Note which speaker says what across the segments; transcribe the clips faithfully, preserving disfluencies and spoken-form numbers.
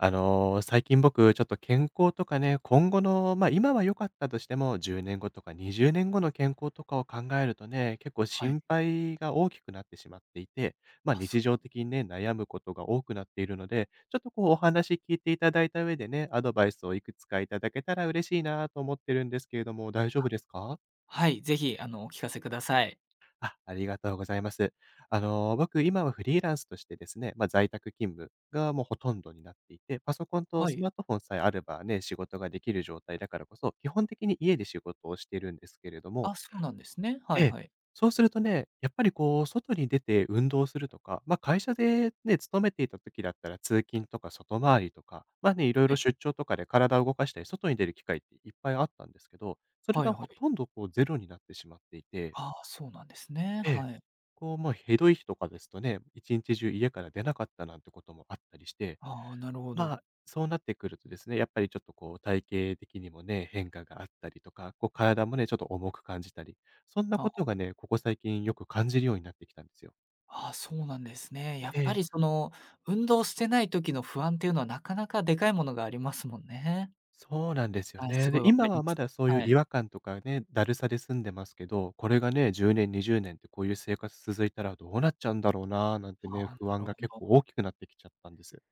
Speaker 1: あの、最近僕、ちょっと健康とかね、今後の、まあ、今は良かったとしても、じゅうねんごとかにじゅうねんごの健康とかを考えるとね、結構
Speaker 2: はい。
Speaker 1: 心配が大きくなってしまっていて、まあ、
Speaker 2: あ、そ
Speaker 1: 日
Speaker 2: う
Speaker 1: 常
Speaker 2: な
Speaker 1: 的にね、悩むことが多くなっているので、ちょっとこう、お話聞いていただいた上でね、アドバイスをいくつかいただけたら嬉しいなと思ってるんですけれども、大丈夫ですか？
Speaker 2: はい、ぜひ、あの、お聞かせください。
Speaker 1: あ、ありがとうございます。あの、僕、今はフリーランスとしてですね、まあ、在宅勤務がもうほとんどになっていて、パソコンと
Speaker 2: は
Speaker 1: ス
Speaker 2: い。
Speaker 1: マートフォンさえあればね、仕事ができる状態だからこそ、基本的に家で仕事をしているんですけれども、
Speaker 2: あ、そうなんですね。は
Speaker 1: え
Speaker 2: い
Speaker 1: え、
Speaker 2: はい。
Speaker 1: そうするとね、やっぱりこう、外に出て運動するとか、まあ、会社でね、勤めていた時だったら通勤とか外回りとか、ま、ね、いろい
Speaker 2: は
Speaker 1: ろ
Speaker 2: い。
Speaker 1: 出張とかで体を動かしたり、外に出る機会っていっぱいあったんですけど、それ
Speaker 2: は
Speaker 1: が
Speaker 2: い
Speaker 1: ほ
Speaker 2: はい。
Speaker 1: とんどこうゼロになってしまっていて、
Speaker 2: ああ、そうなんですね。
Speaker 1: ええ。
Speaker 2: はい。
Speaker 1: こう、まあ、ひどい日とかですとね、いちにち中家から出なかったなんてこともあったりして、
Speaker 2: ああ、なるほ
Speaker 1: ま
Speaker 2: ど。
Speaker 1: あ、そうなってくるとですね、やっぱりちょっとこう体型的にもね、変化があったりとか、こう体もね、ちょっと重く感じたり、そんなこと
Speaker 2: あ
Speaker 1: がね、ここ最近よく感じるようになってきたんですよ。
Speaker 2: あ、そうなんですね。やっ
Speaker 1: え
Speaker 2: ぱ
Speaker 1: え、
Speaker 2: りその、運動してない時の不安っていうのはなかなかでかいものがありますもんね。
Speaker 1: そうなんですよ
Speaker 2: はい、す
Speaker 1: ね。
Speaker 2: ご
Speaker 1: で、
Speaker 2: いわか
Speaker 1: 今
Speaker 2: りま
Speaker 1: はま
Speaker 2: す。
Speaker 1: だそういう
Speaker 2: は
Speaker 1: 違
Speaker 2: い。
Speaker 1: 和感とかね、だるさで済んでますけど、これがね、じゅうねん、にじゅうねんってこういう生活続いたらどうなっちゃうんだろうな、なんてね、
Speaker 2: ああ、なる
Speaker 1: 不安が結
Speaker 2: ほ
Speaker 1: 構
Speaker 2: ど。
Speaker 1: 大きくなってきちゃったんです。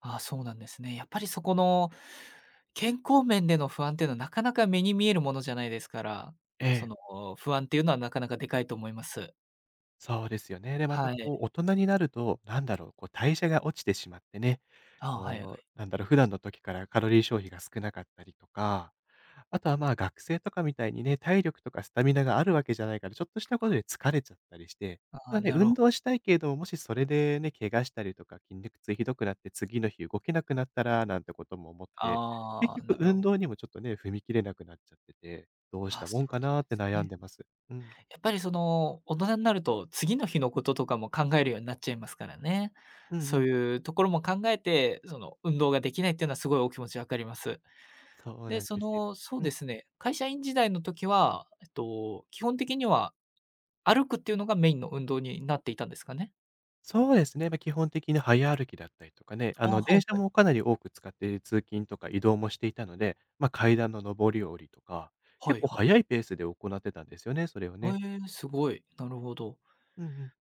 Speaker 2: ああ、そうなんですね。やっぱりそこの、健康面での不安っていうのはなかなか目に見えるものじゃないですから、
Speaker 1: え
Speaker 2: そ
Speaker 1: え。
Speaker 2: の、不安っていうのはなかなかでかいと思います。
Speaker 1: そうですよね。で、また
Speaker 2: はい。
Speaker 1: こう大人になると、なんだろう、こう代謝が落ちてしまってね、
Speaker 2: あ、はいは
Speaker 1: こ
Speaker 2: い。
Speaker 1: う、なんだろう、普段の時からカロリー消費が少なかったりとか、あとはまあ学生とかみたいにね、体力とかスタミナがあるわけじゃないから、ちょっとしたこと
Speaker 2: あ、
Speaker 1: で疲れちゃったりして、
Speaker 2: あ
Speaker 1: な
Speaker 2: あ、
Speaker 1: ので
Speaker 2: なるほ
Speaker 1: 運動したいけれども、もしそれでね、怪我したりとか筋肉痛ひどくなって次の日動けなくなったら、なんてことも思って、結
Speaker 2: ああ、な
Speaker 1: 局
Speaker 2: る
Speaker 1: 運
Speaker 2: ほど
Speaker 1: 動にもちょっとね、踏み切れなくなっちゃってて、どうし
Speaker 2: あ、
Speaker 1: た
Speaker 2: そ
Speaker 1: もん
Speaker 2: うなん
Speaker 1: か
Speaker 2: で
Speaker 1: なーって
Speaker 2: す
Speaker 1: 悩ん
Speaker 2: ね。
Speaker 1: でます。うん。
Speaker 2: やっぱりその、大人になると次の日のこととかも考えるようになっちゃいますからね。
Speaker 1: うんう
Speaker 2: そう
Speaker 1: ん。
Speaker 2: いうところも考えて、その、運動ができないっていうのはすごいお気持ちわかります。
Speaker 1: そう
Speaker 2: で、
Speaker 1: なん
Speaker 2: そ
Speaker 1: ですよ。
Speaker 2: の、そう
Speaker 1: う
Speaker 2: で
Speaker 1: ん。
Speaker 2: すね、会社員時代の時は、えっと、基本的には歩くっていうのがメインの運動になっていたんですかね？
Speaker 1: そうですね、まあ、基本的に早歩きだったりとかね、あ
Speaker 2: ああ、
Speaker 1: の、
Speaker 2: は
Speaker 1: 電
Speaker 2: い
Speaker 1: 車
Speaker 2: はい。
Speaker 1: もかなり多く使って通勤とか移動もしていたので、まあ、階段の上り下りとか、
Speaker 2: は
Speaker 1: 結
Speaker 2: い
Speaker 1: 構
Speaker 2: はい。
Speaker 1: 早いペースで行ってたんですよね、それを
Speaker 2: え
Speaker 1: ね。
Speaker 2: え、すごい。なるほど。
Speaker 1: うんうん。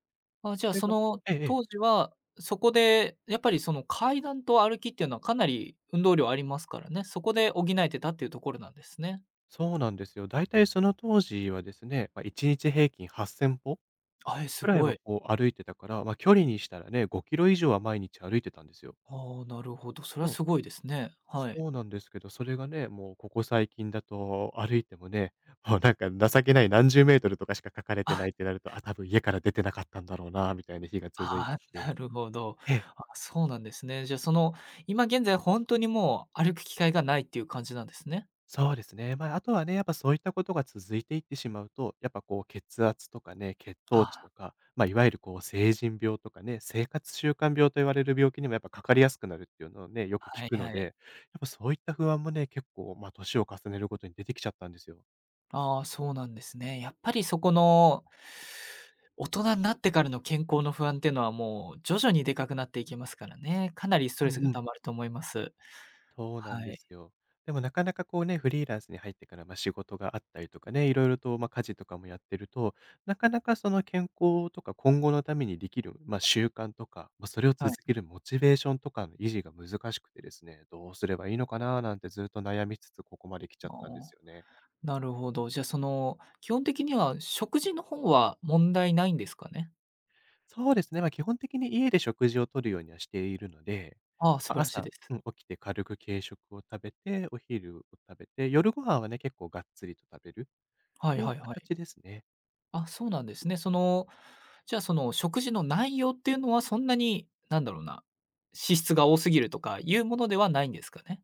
Speaker 2: あ、じゃ
Speaker 1: そ
Speaker 2: あ、
Speaker 1: れ
Speaker 2: そ
Speaker 1: が、
Speaker 2: の
Speaker 1: ええええ。
Speaker 2: 当時は、そこでやっぱりその階段と歩きっていうのはかなり運動量ありますからね、そこで補えてたっていうところなんですね。
Speaker 1: そうなんですよ。だいたいその当時はですね、まあ、いちにち平均はっせん歩
Speaker 2: あ、え、す
Speaker 1: くらい
Speaker 2: ご
Speaker 1: は
Speaker 2: い。
Speaker 1: こう歩いてたから、まあ、距離にしたらね、ごキロ以上は毎日歩いてたんですよ。
Speaker 2: ああ、なるほど、それはすごいですね。は
Speaker 1: そ
Speaker 2: い。
Speaker 1: うなんですけど、それがね、もうここ最近だと歩いてもね、もうなんか情けない何十メートルとかしか書かれてな
Speaker 2: あ、
Speaker 1: いってなると、あ、多分家から出てなかったんだろうなみたいな日が続い
Speaker 2: あ
Speaker 1: てき
Speaker 2: あ、な
Speaker 1: て。
Speaker 2: るほど。
Speaker 1: ええ、
Speaker 2: あ、そうなんですね。じゃあ、その、今現在ほんとにもう歩く機会がないっていう感じなんですね。
Speaker 1: そうですね。まあ、あとはね、やっぱそういったことが続いていってしまうと、やっぱこう血圧とかね、血糖値
Speaker 2: あ、
Speaker 1: とか、まあ、いわゆるこう成人病とかね、生活習慣病と言われる病気にもやっぱかかりやすくなるっていうのをね、よく
Speaker 2: は
Speaker 1: 聞
Speaker 2: い
Speaker 1: くの
Speaker 2: は
Speaker 1: で、や
Speaker 2: い。
Speaker 1: っぱそういった不安もね、結構、まあ、年を重ねるごとに出てきちゃったんですよ。
Speaker 2: ああ、そうなんですね。やっぱりそこの、大人になってからの健康の不安っていうのはもう徐々にでかくなっていきますからね。かなりスト
Speaker 1: う
Speaker 2: レス
Speaker 1: ん
Speaker 2: が
Speaker 1: うん。
Speaker 2: 溜まると思います。
Speaker 1: そうなん
Speaker 2: は
Speaker 1: で
Speaker 2: い。
Speaker 1: すよ。でもなかなかこうね、フリーランスに入ってから、まあ、仕事があったりとかね、いろいろと、まあ、家事とかもやってると、なかなかその健康とか今後のためにできる、まあ、習慣とか、まあ、それを
Speaker 2: は
Speaker 1: 続
Speaker 2: い。
Speaker 1: けるモチベーションとかの維持が難しくてですね、どうすればいいのかななんてずっと悩みつつ、ここまで来ちゃっ
Speaker 2: あ
Speaker 1: たんです
Speaker 2: あ、
Speaker 1: よね。
Speaker 2: なるほど。じゃあその、基本的には食事の方は問題ないんですかね？
Speaker 1: そうですね、まあ、基本的に家で食事をとるようにはしているので、
Speaker 2: ああ、素晴
Speaker 1: ま、
Speaker 2: らしい
Speaker 1: 朝、
Speaker 2: です。
Speaker 1: うん、起きて軽く軽食を食べて、お昼を食べて、夜ご飯はね、結構がっつりと食べる。
Speaker 2: はい
Speaker 1: という
Speaker 2: はいはい。
Speaker 1: 形ですね。
Speaker 2: あ、そうなんですね。その、じゃあその食事の内容っていうのはそんなに、なんだろうな、脂質が多すぎるとかいうものではないんですかね？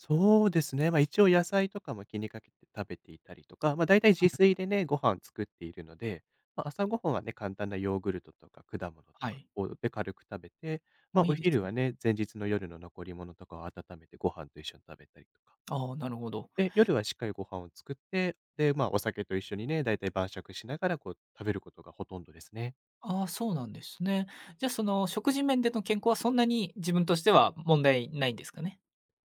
Speaker 1: そうですね。ま、一応野菜とかも気にかけて食べていたりとか、ま、大体
Speaker 2: は
Speaker 1: 自
Speaker 2: いは
Speaker 1: 炊で
Speaker 2: い。
Speaker 1: ね、ご飯作っているので、まあ、朝ごはんはね、簡単なヨーグルトとか果物とかをで軽く食べて、
Speaker 2: ま
Speaker 1: ま、
Speaker 2: あい
Speaker 1: お
Speaker 2: いです
Speaker 1: 昼は
Speaker 2: ね。
Speaker 1: ね、前日の夜の残り物とかを温めてご飯と一緒に食べたりとか。
Speaker 2: ああ、なるほど。
Speaker 1: で、夜はしっかりご飯を作って、で、ま、お酒と一緒にね、だいたい晩酌しながらこう食べることがほとんどですね。
Speaker 2: ああ、そうなんですね。じゃあ、その食事面での健康はそんなに自分としては問題ないんですかね？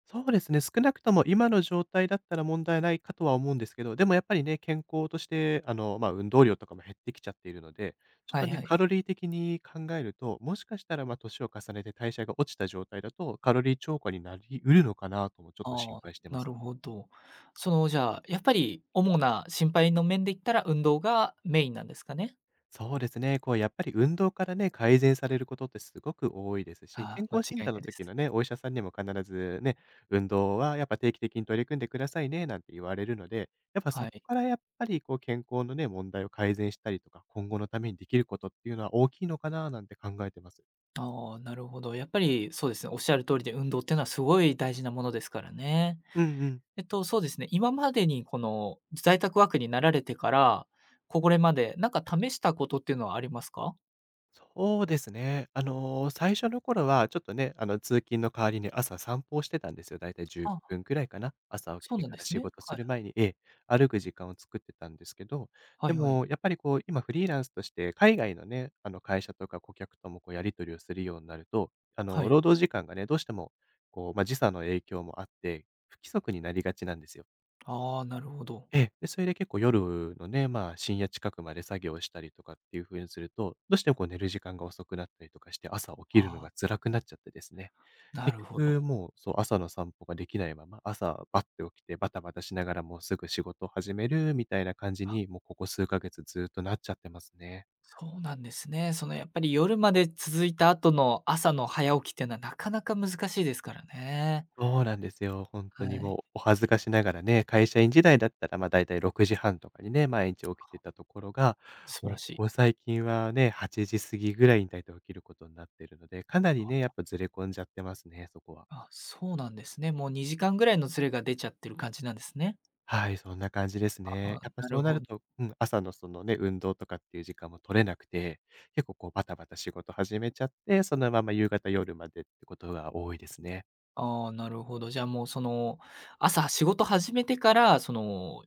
Speaker 1: そうですね、少なくとも今の状態だったら問題ないかとは思うんですけど、でもやっぱりね、健康として、あの、まあ、運動量とかも減ってきちゃっているので、ちょっ
Speaker 2: は
Speaker 1: と
Speaker 2: いは
Speaker 1: ね、カ
Speaker 2: い。
Speaker 1: ロリー的に考えると、もしかしたら、まあ、年を重ねて代謝が落ちた状態だと、カロリー超過になり得るのかなともちょっと心
Speaker 2: ああ、
Speaker 1: 配してま
Speaker 2: な
Speaker 1: す。
Speaker 2: るほど。その、じゃあ、やっぱり主な心配の面で言ったら運動がメインなんですかね？
Speaker 1: そうですね。こう、やっぱり運動からね、改善されることってすごく多いですし、
Speaker 2: ああ、
Speaker 1: 健
Speaker 2: 間違
Speaker 1: 康
Speaker 2: い
Speaker 1: 診
Speaker 2: ない
Speaker 1: 断の
Speaker 2: で
Speaker 1: 時
Speaker 2: す。
Speaker 1: のね、お医者さんにも必ずね、運動はやっぱ定期的に取り組んでくださいね、なんて言われるので、やっぱ
Speaker 2: は
Speaker 1: そこ
Speaker 2: い。
Speaker 1: からやっぱりこう、健康のね、問題を改善したりとか、今後のためにできることっていうのは大きいのかな、なんて考えてます。
Speaker 2: ああ、なるほど。やっぱりそうですね、おっしゃる通りで運動っていうのはすごい大事なものですからね。
Speaker 1: うんうん。
Speaker 2: えっと、そうですね、今までにこの在宅ワークになられてから、これまでなんか試したことっていうのはありますか？
Speaker 1: そうですね。あの、最初の頃はちょっとね、あの、通勤の代わりに朝散歩をしてたんですよ。だいたい10
Speaker 2: は
Speaker 1: 分くらいかな。朝起
Speaker 2: そ
Speaker 1: き
Speaker 2: う
Speaker 1: て
Speaker 2: なん
Speaker 1: か
Speaker 2: で
Speaker 1: ら
Speaker 2: す
Speaker 1: 仕
Speaker 2: ね。
Speaker 1: 事す
Speaker 2: はい。
Speaker 1: る前に、ええ、歩く時間を作ってたんですけど、
Speaker 2: は
Speaker 1: で
Speaker 2: いはい。
Speaker 1: もやっぱりこう、今フリーランスとして海外のね、あの、会社とか顧客ともこうやり取りをするようになると、あ
Speaker 2: は
Speaker 1: の、
Speaker 2: い。
Speaker 1: 労働時間がね、どうしてもこう、まあ、時差の影響もあって、不規則になりがちなんですよ。
Speaker 2: ああ、なるほど。
Speaker 1: ええ。で、それで結構夜のね、まあ、深夜近くまで作業したりとかっていう風にすると、どうしてもこう寝る時間が遅くなったりとかして、朝起きるの
Speaker 2: あ
Speaker 1: が
Speaker 2: あ、
Speaker 1: 辛くなっちゃってですね。
Speaker 2: な
Speaker 1: 結
Speaker 2: るほ
Speaker 1: 局
Speaker 2: ど。
Speaker 1: もう、そう、朝の散歩ができないまま、朝バッて起きてバタバタしながらもうすぐ仕事を始めるみたいな感じ
Speaker 2: あ、
Speaker 1: に、もうここ数ヶ月ずっとなっちゃってますね。
Speaker 2: そうなんですね。そのやっぱり夜まで続いた後の朝の早起きっていうのはなかなか難しいですからね。
Speaker 1: そうなんですよ。本
Speaker 2: は
Speaker 1: 当に
Speaker 2: い。
Speaker 1: もうお恥ずかしながらね、会社員時代だったら、ま、だいたいろくじはんとかにね、毎日起きてたところが、
Speaker 2: 素晴
Speaker 1: も
Speaker 2: ら
Speaker 1: うこ
Speaker 2: しい。
Speaker 1: こ最近はね、はちじ過ぎぐらいに大体起きることになってるので、かなり
Speaker 2: あ、
Speaker 1: ね、やっぱずれ込んじゃってますね、そこは。
Speaker 2: あ、そうなんですね。もうにじかんぐらいのズレが出ちゃってる感じなんですね。
Speaker 1: はい、そんな感じです
Speaker 2: あ、
Speaker 1: ね。やっぱ
Speaker 2: な
Speaker 1: そ
Speaker 2: る
Speaker 1: うな
Speaker 2: ほ
Speaker 1: る
Speaker 2: ど。
Speaker 1: とうん、朝のそのね、運動とかっていう時間も取れなくて、結構こうバタバタ仕事始めちゃって、そのまま夕方、夜までってことが多いですね。
Speaker 2: ああ、なるほど。じゃあもうその、朝仕事始めてから、その、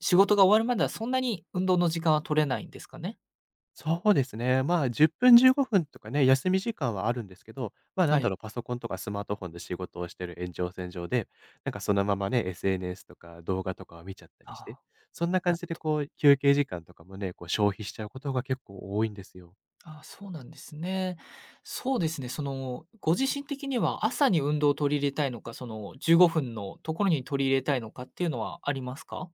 Speaker 2: 仕事が終わるまではそんなに運動の時間は取れないんですかね？
Speaker 1: そうですね。まあ、じゅっぷん、じゅうごふんとかね、休み時間はあるんですけど、まあ、な
Speaker 2: は
Speaker 1: んだ
Speaker 2: い。
Speaker 1: ろう、パソコンとかスマートフォンで仕事をしてる延長線上で、なんかそのままね、エスエヌエス とか動画とかを見ちゃった
Speaker 2: あ
Speaker 1: りして、そんな感
Speaker 2: あ、
Speaker 1: じで
Speaker 2: な
Speaker 1: こう、休憩時間とかもね、こう消費しちゃうことが結構多いんですよ。
Speaker 2: あ、そうなんですね。そうですね、その、ご自身的には朝に運動を取り入れたいのか、その、じゅうごふんのところに取り入れたいのかっていうのはありますか？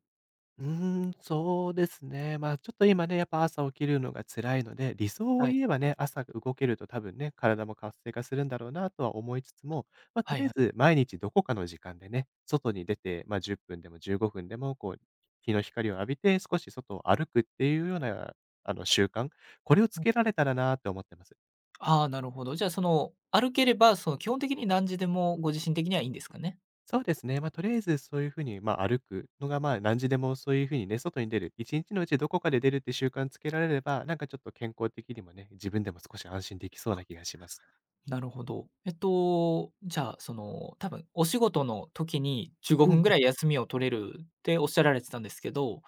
Speaker 1: うーん、そうですね。まあ、ちょっと今ね、やっぱ朝起きるのが辛いので、理想を
Speaker 2: はい。
Speaker 1: 言えばね、朝動けると多分ね、体も活性化するんだろうなとは思いつつも、まあ、と
Speaker 2: はい
Speaker 1: りあえ
Speaker 2: はい。
Speaker 1: ず毎日どこかの時間でね、外に出て、まあ、じゅっぷんでもじゅうごふんでも、こう、日の光を浴びて、少し外を歩くっていうような、あの、習慣、これを
Speaker 2: う
Speaker 1: つ
Speaker 2: ん。
Speaker 1: けられたらなって思ってます。
Speaker 2: ああ、なるほど。じゃあ、その、歩ければ、その、基本的に何時でもご自身的にはいいんですかね？
Speaker 1: そうですね。ま、あとりあえずそういうふうに、まあ、歩くのが、ま、あ何時でもそういうふうにね、外に出る、いちにちのうちどこかで出るって習慣つけられれば、なんかちょっと健康的にもね、自分でも少し安心できそうな気がします。
Speaker 2: なるほど。えっと、じゃあ、その、多分お仕事の時に15
Speaker 1: うんう
Speaker 2: 分
Speaker 1: ん。
Speaker 2: ぐらい休みを取れるっておっしゃられてたんですけど、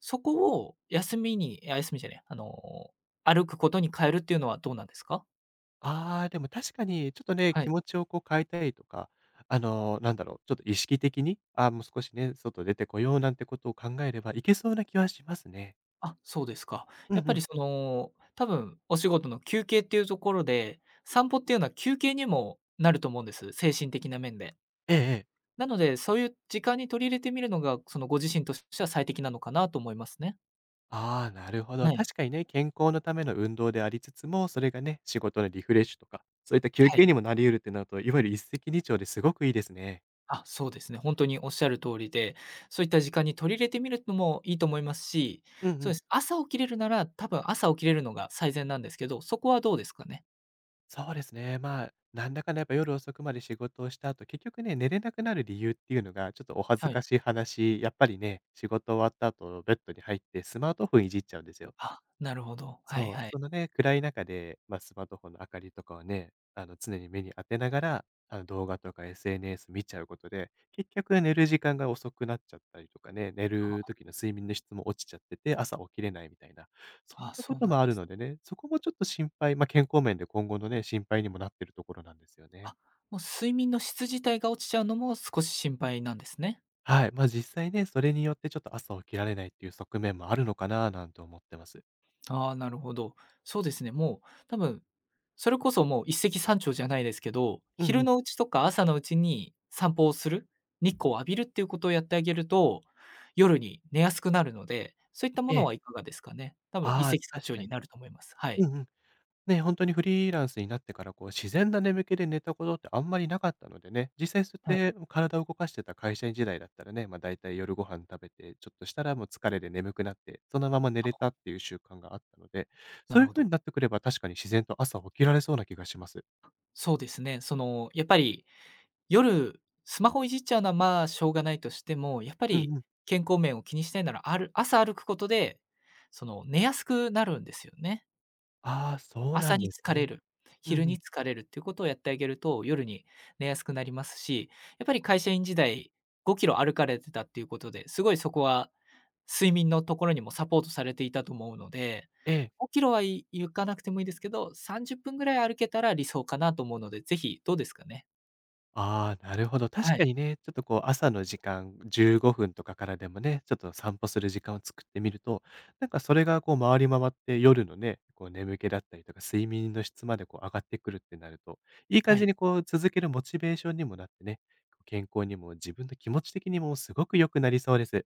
Speaker 2: そこを休みにあ、休みじゃねえ、あの、歩くことに変えるっていうのはどうなんですか？
Speaker 1: ああ、でも確かにちょっとね、
Speaker 2: は
Speaker 1: 気
Speaker 2: い。
Speaker 1: 持ちをこう変えたりとか、あの、なんだろう、ちょっと意識的に、ああ、もう少しね、外出てこようなんてことを考えればいけそうな気はしますね。
Speaker 2: あ、そうですか。
Speaker 1: うん
Speaker 2: やっぱ
Speaker 1: う
Speaker 2: り
Speaker 1: ん。
Speaker 2: その、多分お仕事の休憩っていうところで、散歩っていうのは休憩にもなると思うんです。精神的な面で。
Speaker 1: ええええ。
Speaker 2: なので、そういう時間に取り入れてみるのが、そのご自身としては最適なのかなと思いますね。
Speaker 1: ああ、なるほど。
Speaker 2: はい。
Speaker 1: 確かにね、健康のための運動でありつつも、それがね、仕事のリフレッシュとか、そういった休
Speaker 2: は
Speaker 1: 憩
Speaker 2: い。
Speaker 1: にもなり得るってなると、いわゆる一石二鳥ですごくいいですね。
Speaker 2: あ、そうですね。本当におっしゃる通りで、そういった時間に取り入れてみるのもいいと思いますし、
Speaker 1: うんう
Speaker 2: そうで
Speaker 1: ん。
Speaker 2: す。朝起きれるなら、多分朝起きれるのが最善なんですけど、そこはどうですかね？
Speaker 1: そうですね。まあ、なんだかんだやっぱ夜遅くまで仕事をした後、結局ね、寝れなくなる理由っていうのが、ちょっとお恥ず
Speaker 2: はい。
Speaker 1: かしい話、やっぱりね、仕事終わった後、ベッドに入ってスマートフォンいじっちゃうんですよ。
Speaker 2: あ、なるほど。はい
Speaker 1: そう、
Speaker 2: はい。
Speaker 1: そのね、暗い中で、まあ、スマートフォンの明かりとかをね、あの、常に目に当てながら、あの、動画とか エスエヌエス 見ちゃうことで、結局寝る時間が遅くなっちゃったりとかね、寝る時の睡眠の質も落ちちゃってて、朝起きれないみたいな、そん
Speaker 2: あ、
Speaker 1: なこ
Speaker 2: そう
Speaker 1: と
Speaker 2: なん
Speaker 1: もあ
Speaker 2: で
Speaker 1: る
Speaker 2: す
Speaker 1: の
Speaker 2: ね。
Speaker 1: でね、そこもちょっと心配、まあ、健康面で今後のね、心配にもなってるところなんですよね。
Speaker 2: あ、もう睡眠の質自体が落ちちゃうのも少し心配なんですね。
Speaker 1: はい、ま、実際ね、それによってちょっと朝起きられないっていう側面もあるのかななんて思ってます。
Speaker 2: ああ、なるほど。そうですね、もう多分、それこそもう一石三鳥じゃないですけど、
Speaker 1: うんう
Speaker 2: 昼
Speaker 1: ん。
Speaker 2: のうちとか朝のうちに散歩をする、日光を浴びるっていうことをやってあげると、夜に寝やすくなるので、そういったも
Speaker 1: え
Speaker 2: の
Speaker 1: え。
Speaker 2: はいかがですかね？多分一
Speaker 1: ああ、
Speaker 2: 石三
Speaker 1: 確
Speaker 2: 鳥
Speaker 1: か
Speaker 2: に
Speaker 1: に。
Speaker 2: なると思います。はい。
Speaker 1: うんうん。ね、本当にフリーランスになってから、こう、自然な眠気で寝たことってあんまりなかったのでね、実際そう
Speaker 2: は
Speaker 1: や
Speaker 2: い。
Speaker 1: って体を動かしてた会社員時代だったらね、まあ、だいたい夜ご飯食べて、ちょっとしたらもう疲れで眠くなって、そのまま寝れた
Speaker 2: あ、
Speaker 1: っていう習慣があったので、
Speaker 2: な
Speaker 1: そう
Speaker 2: る
Speaker 1: いう
Speaker 2: ほ
Speaker 1: 風に
Speaker 2: ど。
Speaker 1: なってくれば確かに自然と朝起きられそうな気がします。
Speaker 2: そうですね、その、やっぱり夜、スマホいじっちゃうのは、まあ、しょうがないとしても、やっぱ
Speaker 1: うん
Speaker 2: り
Speaker 1: うん。
Speaker 2: 健康面を気にしたいなら、ある朝歩くことで、その、寝やすくなるんですよね。
Speaker 1: ああ、そうな
Speaker 2: 朝
Speaker 1: ん
Speaker 2: に
Speaker 1: です
Speaker 2: 疲れ
Speaker 1: ね。
Speaker 2: る、
Speaker 1: う
Speaker 2: 昼
Speaker 1: んうん。
Speaker 2: に疲れるっていうことをやってあげると、夜に寝やすくなりますし、やっぱり会社員時代、ごキロ歩かれてたっていうことで、すごいそこは睡眠のところにもサポートされていたと思うので、
Speaker 1: ええ。
Speaker 2: ごキロは、い行かなくてもいいですけど、さんじゅっぷんぐらい歩けたら理想かなと思うので、ぜひどうですかね？
Speaker 1: ああ、なるほど。確
Speaker 2: は
Speaker 1: か
Speaker 2: い、
Speaker 1: にね、ちょっとこう朝の時間、じゅうごふんとかからでもね、ちょっと散歩する時間を作ってみると、なんかそれがこう回り回って夜のね、こう眠気だったりとか睡眠の質までこう上がってくるってなると、いい
Speaker 2: は
Speaker 1: 感じ
Speaker 2: い。
Speaker 1: にこう続けるモチベーションにもなってね、健康にも自分の気持ち的にもすごく良くなりそうです。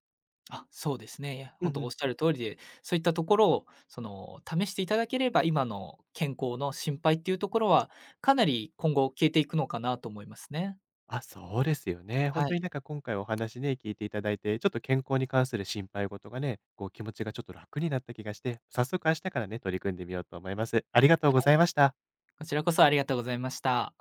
Speaker 2: あ、そうですね。いや、
Speaker 1: う
Speaker 2: 本
Speaker 1: んう
Speaker 2: 当おっ
Speaker 1: ん。
Speaker 2: しゃる通りで、そういったところを、その、試していただければ、今の健康の心配っていうところは、かなり今後消えていくのかなと思いますね。
Speaker 1: あ、そうですよね。本
Speaker 2: は
Speaker 1: 当
Speaker 2: い。
Speaker 1: になんか今回お話ね、聞いていただいて、ちょっと健康に関する心配事がね、こう気持ちがちょっと楽になった気がして、早速明日からね、取り組んでみようと思います。ありがと
Speaker 2: は
Speaker 1: うご
Speaker 2: い、
Speaker 1: ざいました。
Speaker 2: こちらこそありがとうございました。